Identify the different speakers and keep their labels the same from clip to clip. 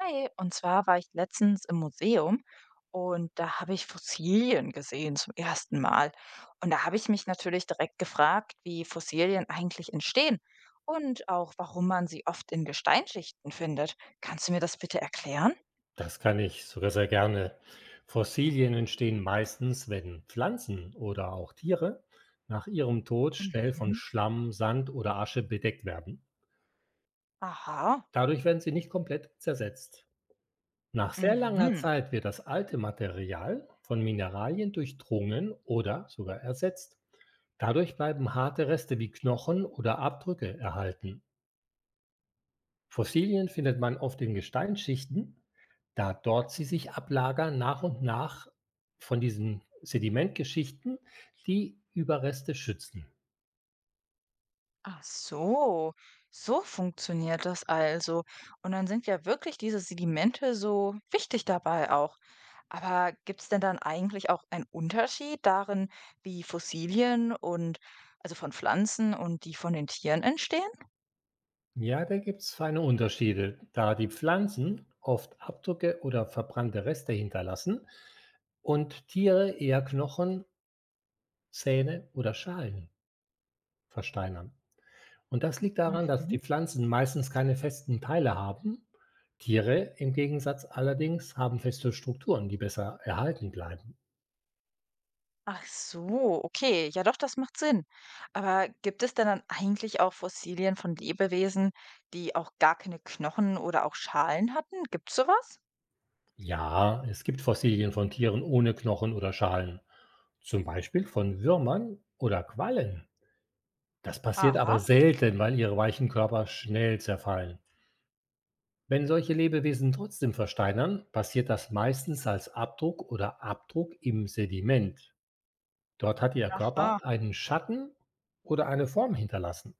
Speaker 1: Hi, und zwar war ich letztens im Museum und da habe ich Fossilien gesehen zum ersten Mal. Und da habe ich mich natürlich direkt gefragt, wie Fossilien eigentlich entstehen und auch warum man sie oft in Gesteinsschichten findet. Kannst du mir das bitte erklären?
Speaker 2: Das kann ich sogar sehr gerne. Fossilien entstehen meistens, wenn Pflanzen oder auch Tiere nach ihrem Tod schnell von
Speaker 1: Mhm.
Speaker 2: Schlamm, Sand oder Asche bedeckt werden.
Speaker 1: Aha.
Speaker 2: Dadurch werden sie nicht komplett zersetzt. Nach sehr langer
Speaker 1: Mhm.
Speaker 2: Zeit wird das alte Material von Mineralien durchdrungen oder sogar ersetzt. Dadurch bleiben harte Reste wie Knochen oder Abdrücke erhalten. Fossilien findet man oft in Gesteinsschichten, da dort sie sich ablagern nach und nach von diesen Sedimentgeschichten, die Überreste schützen.
Speaker 1: Ach so, so funktioniert das also. Und dann sind ja wirklich diese Sedimente so wichtig dabei auch. Aber gibt es denn dann eigentlich auch einen Unterschied darin, wie Fossilien und also von Pflanzen und die von den Tieren entstehen?
Speaker 2: Ja, da gibt es feine Unterschiede, da die Pflanzen oft Abdrücke oder verbrannte Reste hinterlassen und Tiere eher Knochen, Zähne oder Schalen versteinern. Und das liegt daran, dass die
Speaker 1: Mhm.
Speaker 2: Pflanzen meistens keine festen Teile haben. Tiere im Gegensatz allerdings haben feste Strukturen, die besser erhalten bleiben.
Speaker 1: Ach so, okay, ja doch, das macht Sinn. Aber gibt es denn dann eigentlich auch Fossilien von Lebewesen, die auch gar keine Knochen oder auch Schalen hatten? Gibt's sowas?
Speaker 2: Ja, es gibt Fossilien von Tieren ohne Knochen oder Schalen, zum Beispiel von Würmern oder Quallen. Das passiert aber
Speaker 1: Aha,
Speaker 2: selten, weil ihre weichen Körper schnell zerfallen. Wenn solche Lebewesen trotzdem versteinern, passiert das meistens als Abdruck oder Abdruck im Sediment. Dort hat ihr Körper
Speaker 1: aha.
Speaker 2: einen Schatten oder eine Form hinterlassen.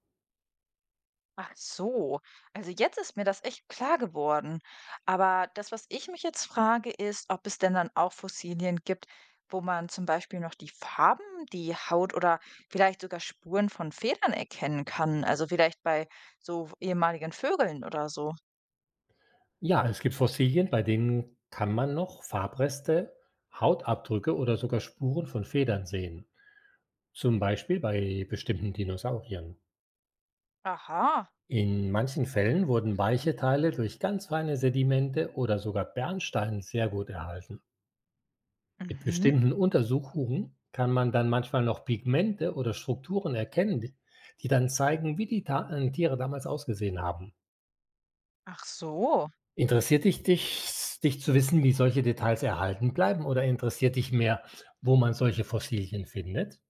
Speaker 1: Ach so, also jetzt ist mir das echt klar geworden. Aber das, was ich mich jetzt frage, ist, ob es denn dann auch Fossilien gibt, wo man zum Beispiel noch die Farben, die Haut oder vielleicht sogar Spuren von Federn erkennen kann. Also vielleicht bei so ehemaligen Vögeln oder so.
Speaker 2: Ja, es gibt Fossilien, bei denen kann man noch Farbreste, Hautabdrücke oder sogar Spuren von Federn sehen, zum Beispiel bei bestimmten Dinosauriern.
Speaker 1: Aha.
Speaker 2: In manchen Fällen wurden weiche Teile durch ganz feine Sedimente oder sogar Bernstein sehr gut erhalten. Mit
Speaker 1: Mhm.
Speaker 2: bestimmten Untersuchungen kann man dann manchmal noch Pigmente oder Strukturen erkennen, die dann zeigen, wie die Ta Tiere damals ausgesehen haben.
Speaker 1: Ach so.
Speaker 2: Interessiert dich zu wissen, wie solche Details erhalten bleiben, oder interessiert dich mehr, wo man solche Fossilien findet?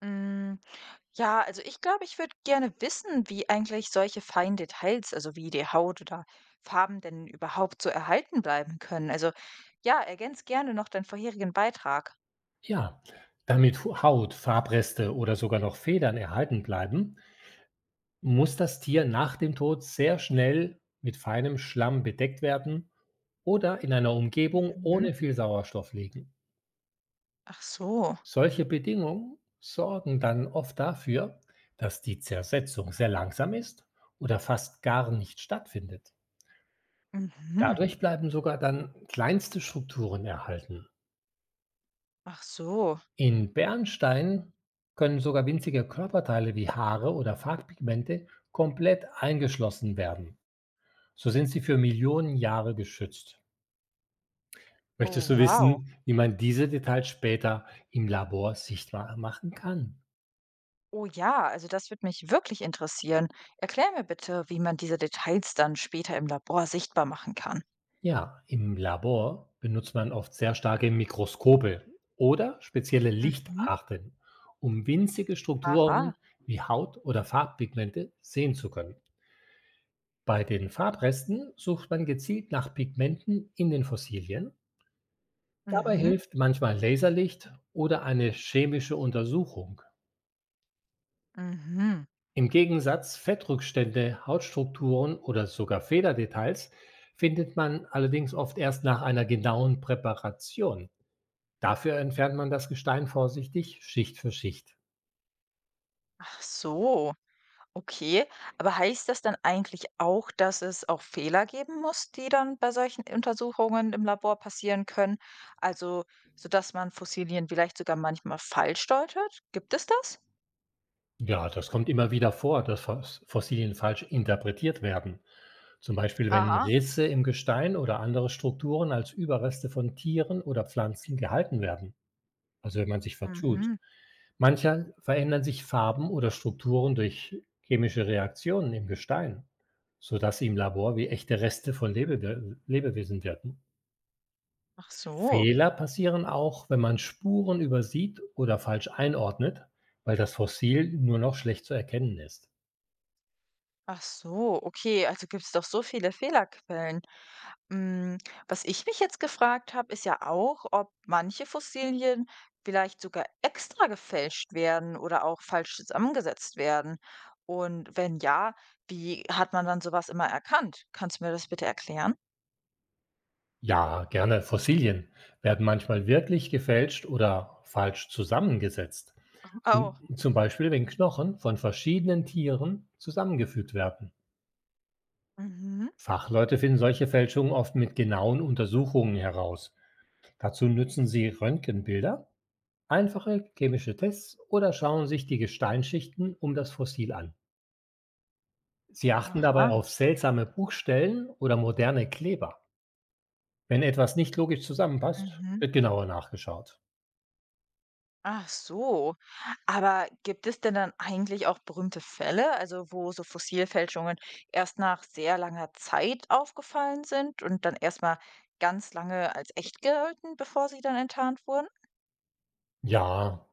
Speaker 1: Mm. Ja, also ich glaube, ich würde gerne wissen, wie eigentlich solche feinen Details, also wie die Haut oder Farben denn überhaupt so erhalten bleiben können. Also ja, ergänz gerne noch deinen vorherigen Beitrag.
Speaker 2: Ja, damit Hu Haut, Farbreste oder sogar noch Federn erhalten bleiben, muss das Tier nach dem Tod sehr schnell mit feinem Schlamm bedeckt werden oder in einer Umgebung
Speaker 1: Mhm.
Speaker 2: ohne viel Sauerstoff liegen.
Speaker 1: Ach so.
Speaker 2: Solche Bedingungen sorgen dann oft dafür, dass die Zersetzung sehr langsam ist oder fast gar nicht stattfindet.
Speaker 1: Mhm.
Speaker 2: Dadurch bleiben sogar dann kleinste Strukturen erhalten.
Speaker 1: Ach so.
Speaker 2: In Bernstein können sogar winzige Körperteile wie Haare oder Farbpigmente komplett eingeschlossen werden. So sind sie für Millionen Jahre geschützt.
Speaker 1: Oh,
Speaker 2: Möchtest du
Speaker 1: wow.
Speaker 2: wissen, wie man diese Details später im Labor sichtbar machen kann?
Speaker 1: Oh ja, also das würde mich wirklich interessieren. Erklär mir bitte, wie man diese Details dann später im Labor sichtbar machen kann.
Speaker 2: Ja, im Labor benutzt man oft sehr starke Mikroskope oder spezielle
Speaker 1: Mhm.
Speaker 2: Lichtarten, um winzige
Speaker 1: Aha.
Speaker 2: Strukturen wie Haut oder Farbpigmente sehen zu können. Bei den Farbresten sucht man gezielt nach Pigmenten in den Fossilien. Dabei
Speaker 1: Mhm.
Speaker 2: hilft manchmal Laserlicht oder eine chemische Untersuchung.
Speaker 1: Mhm.
Speaker 2: Im Gegensatz Fettrückstände, Hautstrukturen oder sogar Federdetails findet man allerdings oft erst nach einer genauen Präparation. Dafür entfernt man das Gestein vorsichtig Schicht für Schicht.
Speaker 1: Ach so. Okay, aber heißt das dann eigentlich auch, dass es auch Fehler geben muss, die dann bei solchen Untersuchungen im Labor passieren können? Also, sodass man Fossilien vielleicht sogar manchmal falsch deutet? Gibt es das?
Speaker 2: Ja, das kommt immer wieder vor, dass Fossilien falsch interpretiert werden. Zum Beispiel, wenn
Speaker 1: Aha.
Speaker 2: Risse im Gestein oder andere Strukturen als Überreste von Tieren oder Pflanzen gehalten werden, also wenn man sich vertut.
Speaker 1: Mhm.
Speaker 2: Mancher verändern sich Farben oder Strukturen durch chemische Reaktionen im Gestein, sodass sie im Labor wie echte Reste von Lebewesen wirken.
Speaker 1: Ach so.
Speaker 2: Fehler passieren auch, wenn man Spuren übersieht oder falsch einordnet, weil das Fossil nur noch schlecht zu erkennen ist.
Speaker 1: Ach so. Okay, also gibt es doch so viele Fehlerquellen. Hm, was ich mich jetzt gefragt habe, ist ja auch, ob manche Fossilien vielleicht sogar extra gefälscht werden oder auch falsch zusammengesetzt werden. Und wenn ja, wie hat man dann sowas immer erkannt? Kannst du mir das bitte erklären?
Speaker 2: Ja, gerne. Fossilien werden manchmal wirklich gefälscht oder falsch zusammengesetzt. Zum
Speaker 1: Oh.
Speaker 2: zum Beispiel, wenn Knochen von verschiedenen Tieren zusammengefügt werden.
Speaker 1: Mhm. Mhm.
Speaker 2: Fachleute finden solche Fälschungen oft mit genauen Untersuchungen heraus. Dazu nützen sie Röntgenbilder, einfache chemische Tests oder schauen sich die Gesteinsschichten um das Fossil an. Sie achten dabei
Speaker 1: Aha.
Speaker 2: auf seltsame Bruchstellen oder moderne Kleber. Wenn etwas nicht logisch zusammenpasst,
Speaker 1: Mhm.
Speaker 2: wird genauer nachgeschaut.
Speaker 1: Ach so. Aber gibt es denn dann eigentlich auch berühmte Fälle, also wo so Fossilfälschungen erst nach sehr langer Zeit aufgefallen sind und dann erstmal ganz lange als echt gelten, bevor sie dann enttarnt wurden?
Speaker 2: Ja,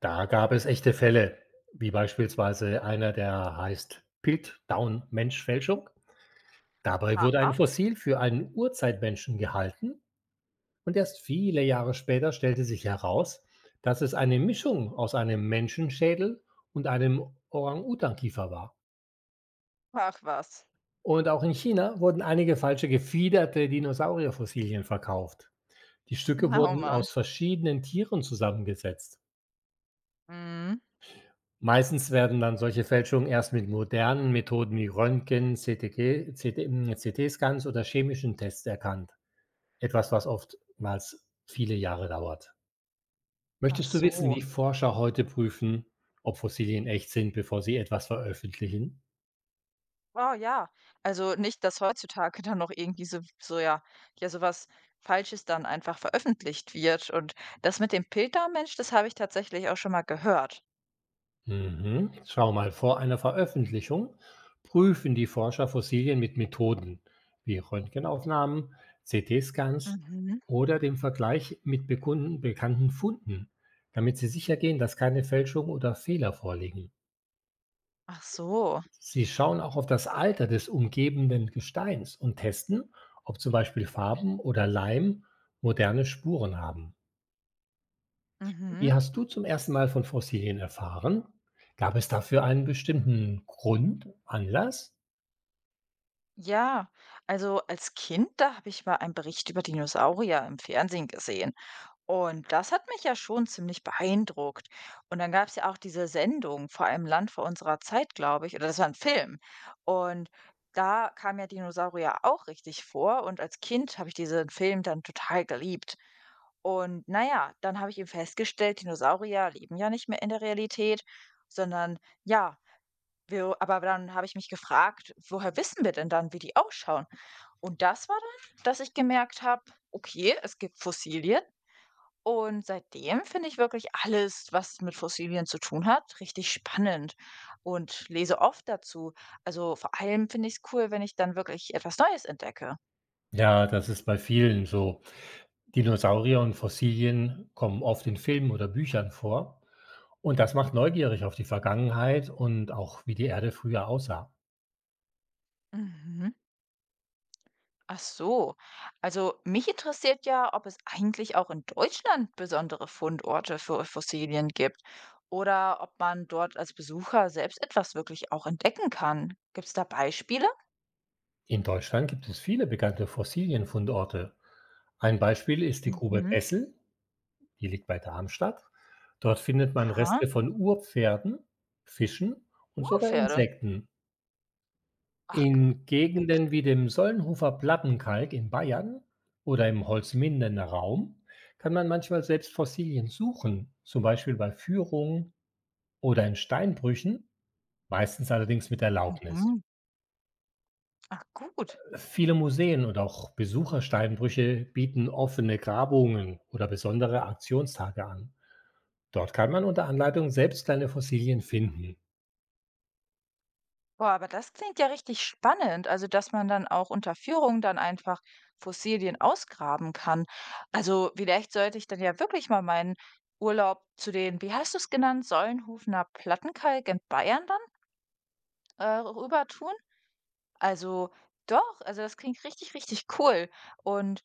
Speaker 2: da gab es echte Fälle, wie beispielsweise einer, der heißt Piltdown-Menschfälschung. Dabei wurde ein
Speaker 1: Aha,
Speaker 2: Fossil für einen Urzeitmenschen gehalten, und erst viele Jahre später stellte sich heraus, dass es eine Mischung aus einem Menschenschädel und einem Orang-Utan-Kiefer war.
Speaker 1: ach was.
Speaker 2: Und auch in China wurden einige falsche gefiederte Dinosaurierfossilien verkauft. Die Stücke
Speaker 1: Oh
Speaker 2: wurden
Speaker 1: Mann.
Speaker 2: aus verschiedenen Tieren zusammengesetzt.
Speaker 1: Mhm.
Speaker 2: Meistens werden dann solche Fälschungen erst mit modernen Methoden wie Röntgen, CT-Scans oder chemischen Tests erkannt. Etwas, was oftmals viele Jahre dauert.
Speaker 1: Ach
Speaker 2: Möchtest du wissen,
Speaker 1: so.
Speaker 2: wie Forscher heute prüfen, ob Fossilien echt sind, bevor sie etwas veröffentlichen?
Speaker 1: Oh ja. Also nicht, dass heutzutage dann noch irgendwie so, so ja, ja, sowas Falsches dann einfach veröffentlicht wird. Und das mit dem Piltermensch, das habe ich tatsächlich auch schon mal gehört.
Speaker 2: Mhm. Schau mal, vor einer Veröffentlichung prüfen die Forscher Fossilien mit Methoden wie Röntgenaufnahmen, CT-Scans
Speaker 1: Mhm.
Speaker 2: oder dem Vergleich mit bekannten Funden, damit sie sicher gehen, dass keine Fälschungen oder Fehler vorliegen.
Speaker 1: Ach so.
Speaker 2: Sie schauen auch auf das Alter des umgebenden Gesteins und testen, ob zum Beispiel Farben oder Leim moderne Spuren haben. Wie
Speaker 1: Mhm.
Speaker 2: hast du zum ersten Mal von Fossilien erfahren? Gab es dafür einen bestimmten Grund, Anlass?
Speaker 1: Ja, also als Kind, da habe ich mal einen Bericht über Dinosaurier im Fernsehen gesehen. Und das hat mich ja schon ziemlich beeindruckt. Und dann gab es ja auch diese Sendung, vor allem Land vor unserer Zeit, glaube ich, oder das war ein Film. Und da kam ja Dinosaurier auch richtig vor. Und als Kind habe ich diesen Film dann total geliebt. Und naja, dann habe ich eben festgestellt, Dinosaurier leben ja nicht mehr in der Realität, sondern ja, Wir aber dann habe ich mich gefragt: „Woher wissen wir denn dann, wie die ausschauen?“ Und das war dann, dass ich gemerkt habe: „Okay, es gibt Fossilien.“ Und seitdem finde ich wirklich alles, was mit Fossilien zu tun hat, richtig spannend und lese oft dazu. Also, vor allem finde ich es cool, wenn ich dann wirklich etwas Neues entdecke.
Speaker 2: Ja, das ist bei vielen so. Dinosaurier und Fossilien kommen oft in Filmen oder Büchern vor. Und das macht neugierig auf die Vergangenheit und auch wie die Erde früher aussah.
Speaker 1: Mhm. Ach so, also mich interessiert ja, ob es eigentlich auch in Deutschland besondere Fundorte für Fossilien gibt oder ob man dort als Besucher selbst etwas wirklich auch entdecken kann. Gibt es da Beispiele?
Speaker 2: In Deutschland gibt es viele bekannte Fossilienfundorte. Ein Beispiel ist die Grube
Speaker 1: Mhm.
Speaker 2: Bessel, die liegt bei Darmstadt. Dort findet man
Speaker 1: Aha,
Speaker 2: Reste von Urpferden, Fischen und sogar
Speaker 1: Urpferde.
Speaker 2: Insekten.
Speaker 1: Ach,
Speaker 2: In Gegenden
Speaker 1: okay.
Speaker 2: wie dem Sollenhofer Plattenkalk in Bayern oder im Holzmindener Raum kann man manchmal selbst Fossilien suchen, zum Beispiel bei Führungen oder in Steinbrüchen, meistens allerdings mit Erlaubnis.
Speaker 1: Mhm. Ach gut.
Speaker 2: Viele Museen und auch Besuchersteinbrüche bieten offene Grabungen oder besondere Aktionstage an. Dort kann man unter Anleitung selbst kleine Fossilien finden.
Speaker 1: Boah, aber das klingt ja richtig spannend. Also, dass man dann auch unter Führung dann einfach Fossilien ausgraben kann. Also, vielleicht sollte ich dann ja wirklich mal meinen Urlaub zu den, wie hast du es genannt, Sollenhufener Plattenkalk in Bayern dann rüber tun. Also, doch, also das klingt richtig, richtig cool. Und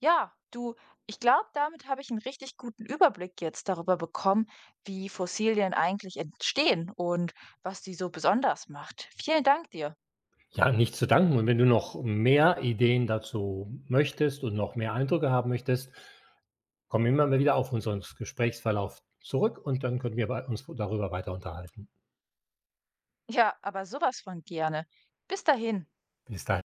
Speaker 1: ja, du, ich glaube, damit habe ich einen richtig guten Überblick jetzt darüber bekommen, wie Fossilien eigentlich entstehen und was die so besonders macht. Vielen Dank dir.
Speaker 2: Ja, nicht zu danken. Und wenn du noch mehr Ideen dazu möchtest und noch mehr Eindrücke haben möchtest, kommen immer mal wieder auf unseren Gesprächsverlauf zurück und dann können wir bei uns darüber weiter unterhalten.
Speaker 1: Ja, aber sowas von gerne. Bis dahin.
Speaker 2: Bis dahin.